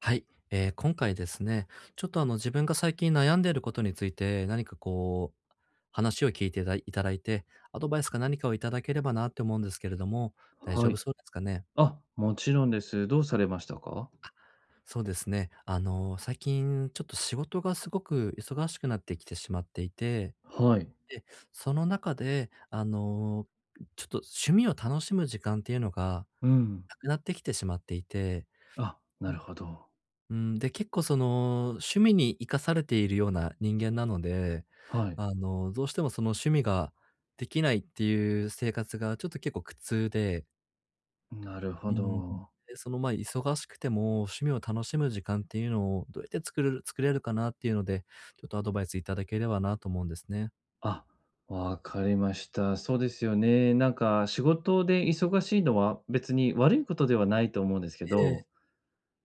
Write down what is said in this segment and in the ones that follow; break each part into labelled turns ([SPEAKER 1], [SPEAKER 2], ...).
[SPEAKER 1] はい。今回ですね、ちょっと自分が最近悩んでいることについて何かこう、話を聞いていただいて、アドバイスか何かをいただければなって思うんですけれども、大丈
[SPEAKER 2] は
[SPEAKER 1] 夫
[SPEAKER 2] い。
[SPEAKER 1] そうですかね。
[SPEAKER 2] あ、もちろんです。どうされましたか？
[SPEAKER 1] そうですね。最近ちょっと仕事がすごく忙しくなってきてしまっていて、
[SPEAKER 2] はい。
[SPEAKER 1] で、その中で、ちょっと趣味を楽しむ時間っていうのが
[SPEAKER 2] うん。
[SPEAKER 1] なくなってきてしまっていて、
[SPEAKER 2] あ、なるほど。
[SPEAKER 1] うん、で、結構その、趣味に生かされているような人間なので、
[SPEAKER 2] はい。
[SPEAKER 1] どうしてもその趣味ができないっていう生活がちょっと結構苦痛で、
[SPEAKER 2] なるほ
[SPEAKER 1] うん、
[SPEAKER 2] ど。
[SPEAKER 1] で、その、ま、忙しくても趣味を楽しむ時間っていうのをどうやって作れるかなっていうので、ちょっとアドバイスいただければなと思うんですね。
[SPEAKER 2] あ、わかりました。そうですよね。なんか仕事で忙しいのは別に悪いことではないと思うんですけ
[SPEAKER 1] え
[SPEAKER 2] ど、
[SPEAKER 1] え、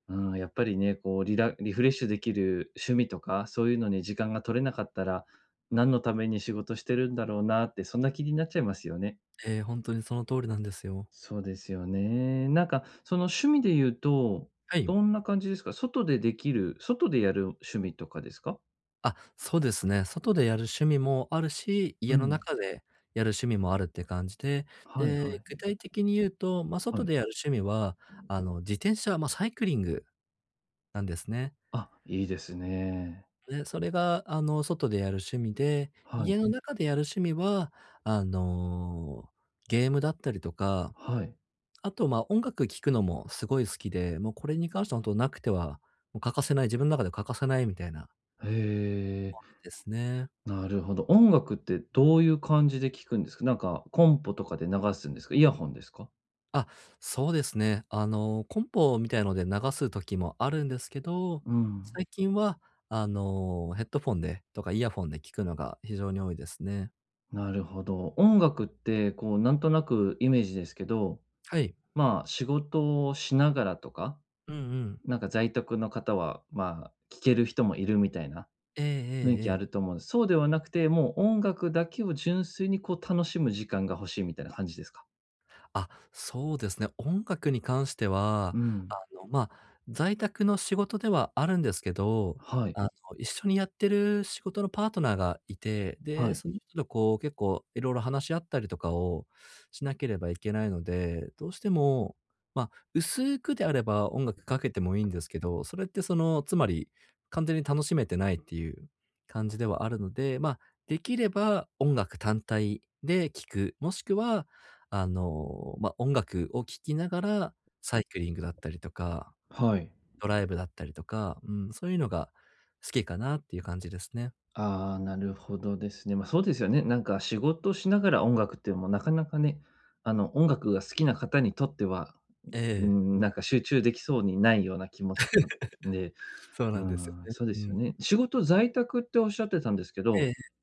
[SPEAKER 2] うん、やっぱりね、こうリフレッシュできる趣味とか、そういうのに時間が取れなかったら、何のために仕事してるんだろうなって、そんな気になっちゃいますよね。
[SPEAKER 1] ええ、にその通りなんですよ。
[SPEAKER 2] そうですよね。なんか、その趣味で言うと、
[SPEAKER 1] はい。
[SPEAKER 2] どんな感じですか？外でやる趣味とかですか？
[SPEAKER 1] あ、そうですね。外でやる趣味もあるし、
[SPEAKER 2] う
[SPEAKER 1] 家の
[SPEAKER 2] ん。
[SPEAKER 1] 中でやる趣味もあるって感じで、
[SPEAKER 2] はいは
[SPEAKER 1] で、具
[SPEAKER 2] い。
[SPEAKER 1] 体的に言うと、ま、外
[SPEAKER 2] はい。
[SPEAKER 1] でやる趣味は、自転車、ま、サイクリングなんですね。
[SPEAKER 2] あ、いいですね。
[SPEAKER 1] で、それが、外でやる趣味で、
[SPEAKER 2] はい。
[SPEAKER 1] 家の中でやる趣味は、あの、ゲームだったりとか、
[SPEAKER 2] はい。
[SPEAKER 1] あと、ま、音楽聴くのもすごい好きで、もうこれに関してはほんとなくてはもう欠かせない、自分の中で欠かせないみたいな
[SPEAKER 2] へえ、
[SPEAKER 1] ですね。
[SPEAKER 2] なるほど。音楽ってどういう感じで聞くんですか？なんか、コンポとかで流すんですか？イヤホンですか？
[SPEAKER 1] あ、そうですね。コンポみたいので流す時もあるんですけど、
[SPEAKER 2] うん、
[SPEAKER 1] 最近は、ヘッドフォンでとかイヤフォンで聞くのが非常に多いですね。
[SPEAKER 2] なるほど。音楽って、こう、なんとなくイメージですけど、
[SPEAKER 1] はい。
[SPEAKER 2] まあ、仕事をしながらとか
[SPEAKER 1] うんうん。
[SPEAKER 2] なんか在宅の方は、まあ、聴ける人もいるみたいな
[SPEAKER 1] ええ
[SPEAKER 2] 雰囲
[SPEAKER 1] えええ
[SPEAKER 2] 気ある
[SPEAKER 1] え。
[SPEAKER 2] と思うんです。そうではなくて、もう音楽だけを純粋にこう楽しむ時間が欲しいみたいな感じですか？
[SPEAKER 1] あ、そうですね。音楽に関しては、
[SPEAKER 2] うん。
[SPEAKER 1] まあ、在宅の仕事ではあるんですけど、
[SPEAKER 2] はい、
[SPEAKER 1] あの、一緒にやってる仕事のパートナーがいて、
[SPEAKER 2] は
[SPEAKER 1] で、
[SPEAKER 2] い、
[SPEAKER 1] その人とこう結構いろいろ話し合ったりとかをしなければいけないので、どうしても、まあ、薄くであれば音楽かけてもいいんですけど、それってその、つまり完全に楽しめてないっていう感じではあるので、まあ、できれば音楽単体で聴く、もしくはまあ、音楽を聴きながら、サイクリングだったりとか、
[SPEAKER 2] はい。
[SPEAKER 1] ドライブだったりとか、うん、そういうのが好きかなっていう感じですね。
[SPEAKER 2] ああ、なるほどですね。ま、そうですよね。なんか仕事しながら音楽っていうのもなかなかね、あの、音楽が好きな方にとっては、
[SPEAKER 1] え
[SPEAKER 2] う
[SPEAKER 1] え、
[SPEAKER 2] ん、なんか集中できそうにないような気持ちなので、
[SPEAKER 1] そうな
[SPEAKER 2] う
[SPEAKER 1] んですよ
[SPEAKER 2] ん、
[SPEAKER 1] ね。
[SPEAKER 2] そうで
[SPEAKER 1] う
[SPEAKER 2] す
[SPEAKER 1] ん。
[SPEAKER 2] よね。仕事在宅っておっしゃってたんですけ
[SPEAKER 1] え
[SPEAKER 2] ど
[SPEAKER 1] え。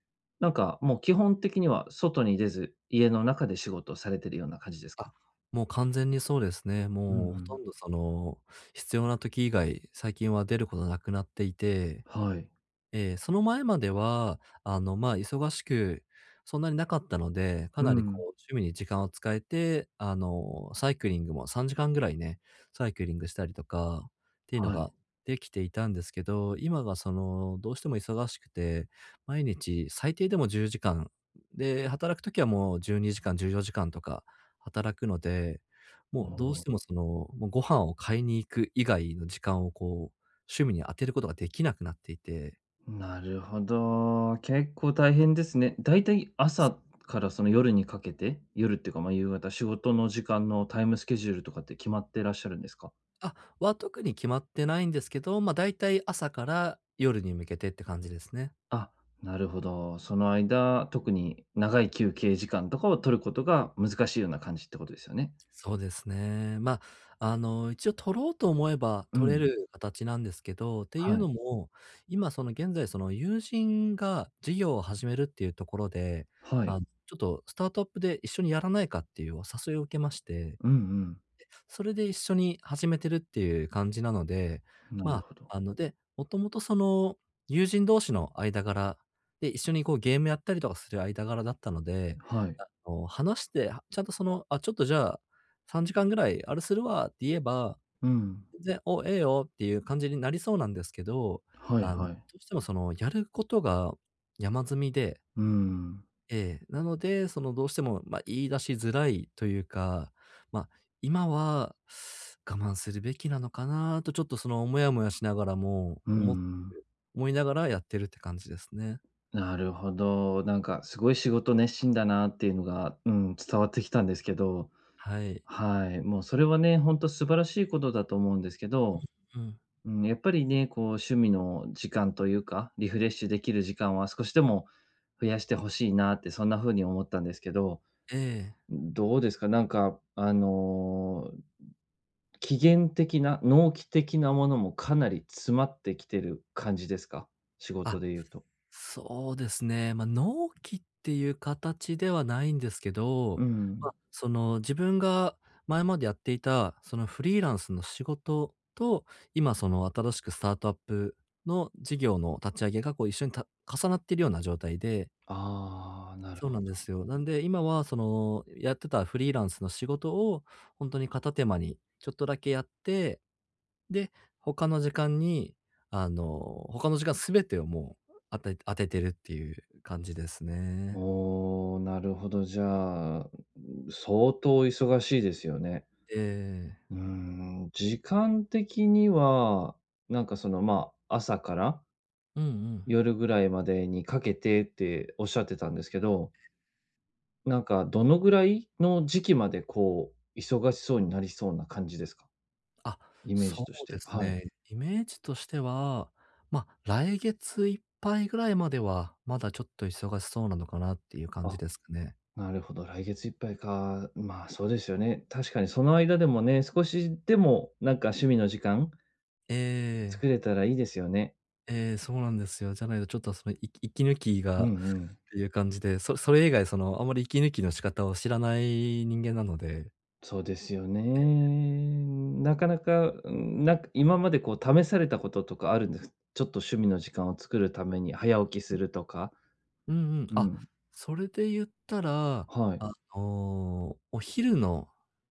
[SPEAKER 2] なんか、もう基本的には外に出ず、家の中で仕事をされてるような感じです
[SPEAKER 1] あ、
[SPEAKER 2] か？
[SPEAKER 1] もう完全にそうですね。
[SPEAKER 2] うんう
[SPEAKER 1] もうほと
[SPEAKER 2] ん。
[SPEAKER 1] んどその、必要な時以外、最近は出ることなくなっていて
[SPEAKER 2] はい。
[SPEAKER 1] ええ、その前までは、まあ、忙しく、そんなになかったので、か
[SPEAKER 2] う
[SPEAKER 1] なりこ
[SPEAKER 2] ん。
[SPEAKER 1] う、趣味に時間を使えて、サイクリングも3時間ぐらいね、サイクリングしたりとかっていうの
[SPEAKER 2] はい。
[SPEAKER 1] ができていたんですけど、今がその、どうしても忙しくて、毎日最低でも10時間、で、働くときはもう12時間、14時間とか働くので、
[SPEAKER 2] お
[SPEAKER 1] もうどうし
[SPEAKER 2] お、
[SPEAKER 1] てもその、もうご飯を買いに行く以外の時間をこう、趣味に当てることができなくなっていて
[SPEAKER 2] なるほど。結構大変ですね。だいたい朝からその夜にかけて、夜っていうか、ま、夕方、仕事の時間のタイムスケジュールとかって決まってらっしゃるんですか？
[SPEAKER 1] あ、は特に決まってないんですけど、ま、大体朝から夜に向けてって感じですね。
[SPEAKER 2] あ、なるほど。その間、特に長い休憩時間とかを取ることが難しいような感じってことですよね？
[SPEAKER 1] そうですね。まあ、一応取ろうと思えば
[SPEAKER 2] う
[SPEAKER 1] 取れ
[SPEAKER 2] ん。
[SPEAKER 1] る形なんですけど、ってい
[SPEAKER 2] は
[SPEAKER 1] うの
[SPEAKER 2] い、
[SPEAKER 1] も、今その現在その友人が事業を始めるっていうところで、
[SPEAKER 2] は
[SPEAKER 1] あ
[SPEAKER 2] い。
[SPEAKER 1] の、ちょっとスタートアップで一緒にやらないかっていうお誘いを受けまして
[SPEAKER 2] うんうん。
[SPEAKER 1] それで一緒に始めてるっていう感じなので、
[SPEAKER 2] なる
[SPEAKER 1] ま
[SPEAKER 2] ほど。
[SPEAKER 1] あ、で、もともとその、友人同士の間柄で、一緒にこうゲームやったりとかする間柄だったので、
[SPEAKER 2] はい。
[SPEAKER 1] 話して、はちゃんとその、あ、ちょっとじゃあ、3時間ぐらいあれするわって言えば、
[SPEAKER 2] うん。
[SPEAKER 1] 全然、お、ええよっていう感じになりそうなんですけど、
[SPEAKER 2] はい
[SPEAKER 1] ど
[SPEAKER 2] はい。
[SPEAKER 1] うしてもその、やることが山積みで、
[SPEAKER 2] うん。
[SPEAKER 1] ええ、なので、そのどうしても、まあ、言い出しづらいというか、まあ、今は我慢するべきなのかなとちょっとそのもやもやしながらも、
[SPEAKER 2] うん。
[SPEAKER 1] 思いながらやってるって感じですね。
[SPEAKER 2] なるほど。なんかすごい仕事熱心だなっていうのが、うん、伝わってきたんですけど、
[SPEAKER 1] はい。
[SPEAKER 2] はい。もうそれはね、ほんと素晴らしいことだと思うんですけど、
[SPEAKER 1] うん。
[SPEAKER 2] うん、やっぱりね、こう趣味の時間というか、リフレッシュできる時間は少しでも増やしてほしいなって、そんな風に思ったんですけど、
[SPEAKER 1] ええ。
[SPEAKER 2] どうですか？なんかあの、起源的な、納期的なものもかなり詰まってきてる感じですか？仕
[SPEAKER 1] あ、
[SPEAKER 2] 事で言うと。
[SPEAKER 1] そうですね。まあ、納期っていう形ではないんですけど、
[SPEAKER 2] う
[SPEAKER 1] まあ、
[SPEAKER 2] ん。
[SPEAKER 1] その、自分が前までやっていた、そのフリーランスの仕事と、今その新しくスタートアップの事業の立ち上げがこう一緒に重なっているような状態で
[SPEAKER 2] ああ、なる
[SPEAKER 1] そうなんですよ。なんで、今はその、やってたフリーランスの仕事を本当に片手間にちょっとだけやってで、他の時間に、あの、他の時間全てをもう、当ててるっていう感じです
[SPEAKER 2] ほど。
[SPEAKER 1] ね。
[SPEAKER 2] おお、なるほど。じゃあ、相当忙しいですよね。
[SPEAKER 1] ええ。
[SPEAKER 2] うーん、時間的には、なんかその、ま、あ、朝から
[SPEAKER 1] うんうん。
[SPEAKER 2] 夜ぐらいまでにかけてっておっしゃってたんですけど、なんかどのぐらいの時期までこう、忙しそうになりそうな感じですか？
[SPEAKER 1] あ、
[SPEAKER 2] イメー
[SPEAKER 1] そ
[SPEAKER 2] ジとし
[SPEAKER 1] う
[SPEAKER 2] て。
[SPEAKER 1] です
[SPEAKER 2] はい。
[SPEAKER 1] ね。イメージとしては、ま、来月いっぱいぐらいまでは、まだちょっと忙しそうなのかなっていう感じ
[SPEAKER 2] あ。
[SPEAKER 1] ですかね。
[SPEAKER 2] なるほど、来月いっぱいか。まあ、そうですよね。確かにその間でもね、少しでもなんか趣味の時間
[SPEAKER 1] ええ、
[SPEAKER 2] 作れたらいいですよね。
[SPEAKER 1] ええ、そうなんですよ。じゃないとちょっとその、息抜き
[SPEAKER 2] うん
[SPEAKER 1] が
[SPEAKER 2] う
[SPEAKER 1] っ
[SPEAKER 2] ん。
[SPEAKER 1] ていう感じで、それ以外その、あんまり息抜きの仕方を知らない人間なので
[SPEAKER 2] そうですよね。なかなか、うん、なんか今までこう試されたこととかあるんです。ちょっと趣味の時間を作るために早起きするとか。
[SPEAKER 1] うんうん。
[SPEAKER 2] う
[SPEAKER 1] あ、
[SPEAKER 2] ん。
[SPEAKER 1] それで言ったら、
[SPEAKER 2] はい。
[SPEAKER 1] お昼の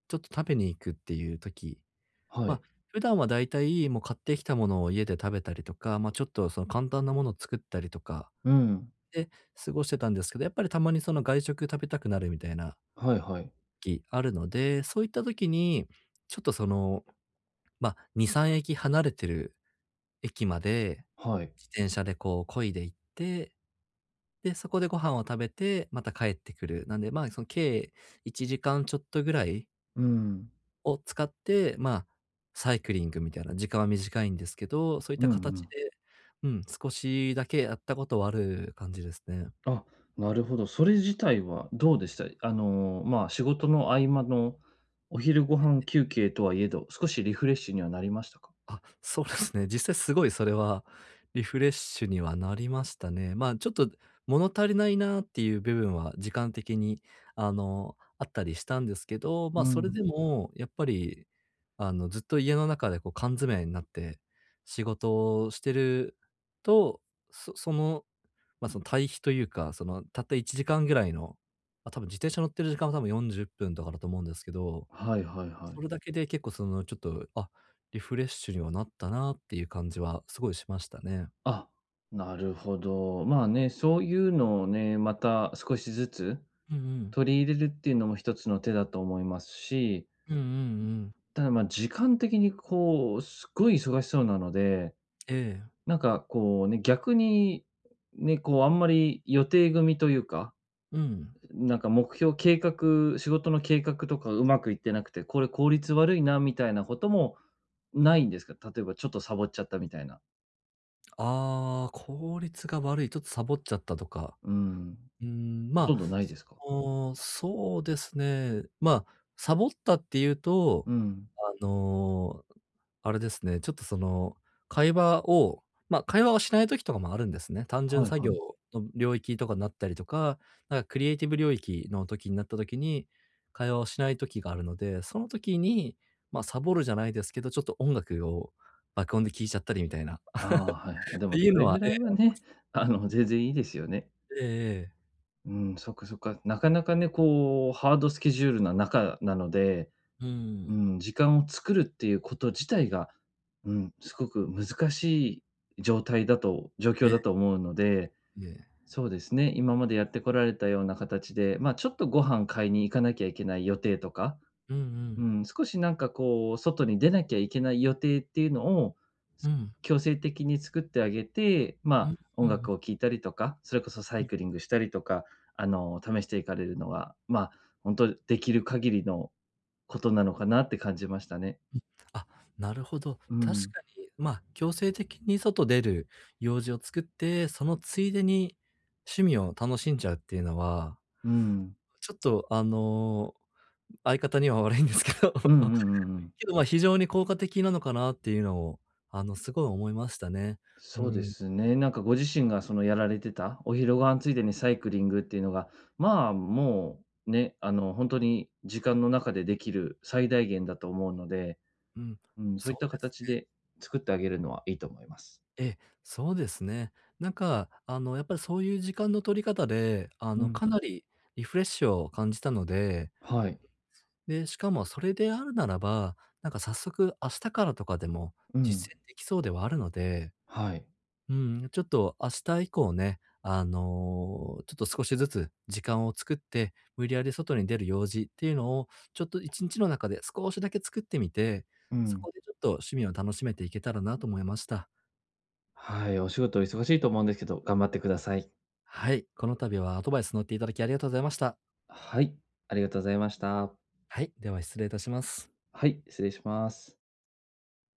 [SPEAKER 1] ちょっと食べに行くっていう時、
[SPEAKER 2] は
[SPEAKER 1] まあ、
[SPEAKER 2] い。
[SPEAKER 1] 普段はだいたいもう買ってきたものを家で食べたりとか、まあ、ちょっとその簡単なものを作ったりとか
[SPEAKER 2] うん。
[SPEAKER 1] で過ごしてたんですけど、やっぱりたまにその外食食べたくなるみたいな
[SPEAKER 2] はいはい。
[SPEAKER 1] 時あるので、そういった時に、ちょっとその、まあ、2、3駅離れてる駅まで、
[SPEAKER 2] はい。
[SPEAKER 1] 自転車でこう漕いで行ってで、そこでご飯を食べて、また帰ってくる。なんで、まあ、その計1時間ちょっとぐらい
[SPEAKER 2] うん。
[SPEAKER 1] を使って、まあ、サイクリングみたいな、時間は短いんですけど、そういった
[SPEAKER 2] うんう
[SPEAKER 1] 形
[SPEAKER 2] ん。
[SPEAKER 1] で、うん、少しだけやったことはある感じですね。
[SPEAKER 2] あ、なるほど。それ自体はどうでした？あの、まあ、仕事の合間のお昼ご飯休憩とはいえど、少しリフレッシュにはなりましたか？
[SPEAKER 1] あ、そうですね。実際すごいそれはリフレッシュにはなりましたね。まあ、ちょっと物足りないなっていう部分は時間的に、あったりしたんですけど、まあ、
[SPEAKER 2] う
[SPEAKER 1] それ
[SPEAKER 2] ん。
[SPEAKER 1] でもやっぱり、ずっと家の中でこう缶詰になって仕事をしてると、そその、まあ、その対比というか、そのたった1時間ぐらいの、まあ、多分自転車乗ってる時間は多分40分とかだと思うんですけど
[SPEAKER 2] はいはいは
[SPEAKER 1] そ
[SPEAKER 2] い。
[SPEAKER 1] れだけで結構そのちょっと、あ、リフレッシュにはなったなっていう感じはすごいしましたね。
[SPEAKER 2] あ、なるほど。まあね、そういうのをね、また少しずつ
[SPEAKER 1] うんうん。
[SPEAKER 2] 取り入れるっていうのも一つの手だと思いますし、
[SPEAKER 1] うんうんうん。
[SPEAKER 2] ただ、ま、時間的にこう、すごい忙しそうなので、
[SPEAKER 1] ええ。
[SPEAKER 2] なんかこうね、逆にね、こうあんまり予定組みというか
[SPEAKER 1] うん。
[SPEAKER 2] なんか目標、計画仕事の計画とかうまくいってなくて、これ効率悪いなみたいなこともないんですか？例えばちょっとサボっちゃったみたいな。
[SPEAKER 1] ああ、効率が悪い、ちょっとサボっちゃったとか。
[SPEAKER 2] うん。ほと
[SPEAKER 1] ま
[SPEAKER 2] ん
[SPEAKER 1] あ、
[SPEAKER 2] どないですか？
[SPEAKER 1] その、そうですね。まあ、サボったっていうと、
[SPEAKER 2] うん。
[SPEAKER 1] あのあれですね、ちょっとその、会話を、会話をしない時とかもあるんですね。単純
[SPEAKER 2] はい
[SPEAKER 1] 作
[SPEAKER 2] は
[SPEAKER 1] 業
[SPEAKER 2] い。
[SPEAKER 1] の領域とかになったりとか、なんかクリエイティブ領域の時になった時に、会話をしない時があるので、その時に、ま、サボるじゃないですけど、ちょっと音楽を爆音で聴いちゃったりみたいな。
[SPEAKER 2] ああ、はい。あ、で
[SPEAKER 1] って
[SPEAKER 2] も
[SPEAKER 1] いう
[SPEAKER 2] そ
[SPEAKER 1] の
[SPEAKER 2] れ
[SPEAKER 1] は
[SPEAKER 2] ぐ
[SPEAKER 1] え
[SPEAKER 2] らい
[SPEAKER 1] え
[SPEAKER 2] はね、あの、全然いいですよね。
[SPEAKER 1] ええええ。
[SPEAKER 2] うん、そっかそっか。なかなかね、こう、ハードスケジュールな中なので、
[SPEAKER 1] う
[SPEAKER 2] う
[SPEAKER 1] ん。
[SPEAKER 2] ん、時間を作るっていうこと自体が、うん、すごく難しい状況
[SPEAKER 1] え
[SPEAKER 2] だ
[SPEAKER 1] え
[SPEAKER 2] と思うので
[SPEAKER 1] ええ。
[SPEAKER 2] そうですね、今までやってこられたような形で、まあ、ちょっとご飯買いに行かなきゃいけない予定とか、
[SPEAKER 1] うんう
[SPEAKER 2] うん、
[SPEAKER 1] ん。
[SPEAKER 2] 少しなんかこう、外に出なきゃいけない予定っていうのを、
[SPEAKER 1] う
[SPEAKER 2] す
[SPEAKER 1] ん。
[SPEAKER 2] 強制的に作ってあげて、ま
[SPEAKER 1] う
[SPEAKER 2] あ、
[SPEAKER 1] んう
[SPEAKER 2] 音
[SPEAKER 1] んうん。
[SPEAKER 2] 楽を聴いたりとか、それこそサイクリングしたりとか、あの、試していかれるのは、まあ、本当できる限りのことなのかなって感じましたね。
[SPEAKER 1] あ、なるほど。
[SPEAKER 2] う
[SPEAKER 1] 確
[SPEAKER 2] ん。
[SPEAKER 1] かに、まあ、強制的に外出る用事を作って、そのついでに趣味を楽しんじゃうっていうのは、
[SPEAKER 2] うん。
[SPEAKER 1] ちょっと、相方には悪いんですけど、
[SPEAKER 2] うんう んうんうん。
[SPEAKER 1] けど、まあ、非常に効果的なのかなっていうのを、すごい思いましたね。う
[SPEAKER 2] そうで
[SPEAKER 1] ん、
[SPEAKER 2] すね。なんかご自身がそのやられてた、お昼ご飯ついでにサイクリングっていうのが、まあ、もうね、あの、本当に時間の中でできる最大限だと思うので、
[SPEAKER 1] うん。
[SPEAKER 2] うん、そう
[SPEAKER 1] そ
[SPEAKER 2] いった
[SPEAKER 1] うです
[SPEAKER 2] 形
[SPEAKER 1] ね。
[SPEAKER 2] で作ってあげるのはいいと思います。
[SPEAKER 1] ええ、そうですね。なんか、やっぱりそういう時間の取り方で、
[SPEAKER 2] うん、
[SPEAKER 1] かなりリフレッシュを感じたので
[SPEAKER 2] はい。
[SPEAKER 1] で、しかもそれであるならば、なんか早速明日からとかでも
[SPEAKER 2] う
[SPEAKER 1] 実
[SPEAKER 2] ん、
[SPEAKER 1] 践できそうではあるので、
[SPEAKER 2] はい。
[SPEAKER 1] うん、ちょっと明日以降ね、ちょっと少しずつ時間を作って、無理やり外に出る用事っていうのを、ちょっと1日の中で少しだけ作ってみて、
[SPEAKER 2] う
[SPEAKER 1] そ
[SPEAKER 2] ん、
[SPEAKER 1] こでちょっと趣味を楽しめていけたらなと思いました。
[SPEAKER 2] はい。お仕事忙しいと思うんですけど、頑張ってください。
[SPEAKER 1] はい、この度はアドバイス乗っていただきありがとうございました。
[SPEAKER 2] はい、ありがとうございました。
[SPEAKER 1] はい、では失礼いたします。
[SPEAKER 2] はい、失礼します。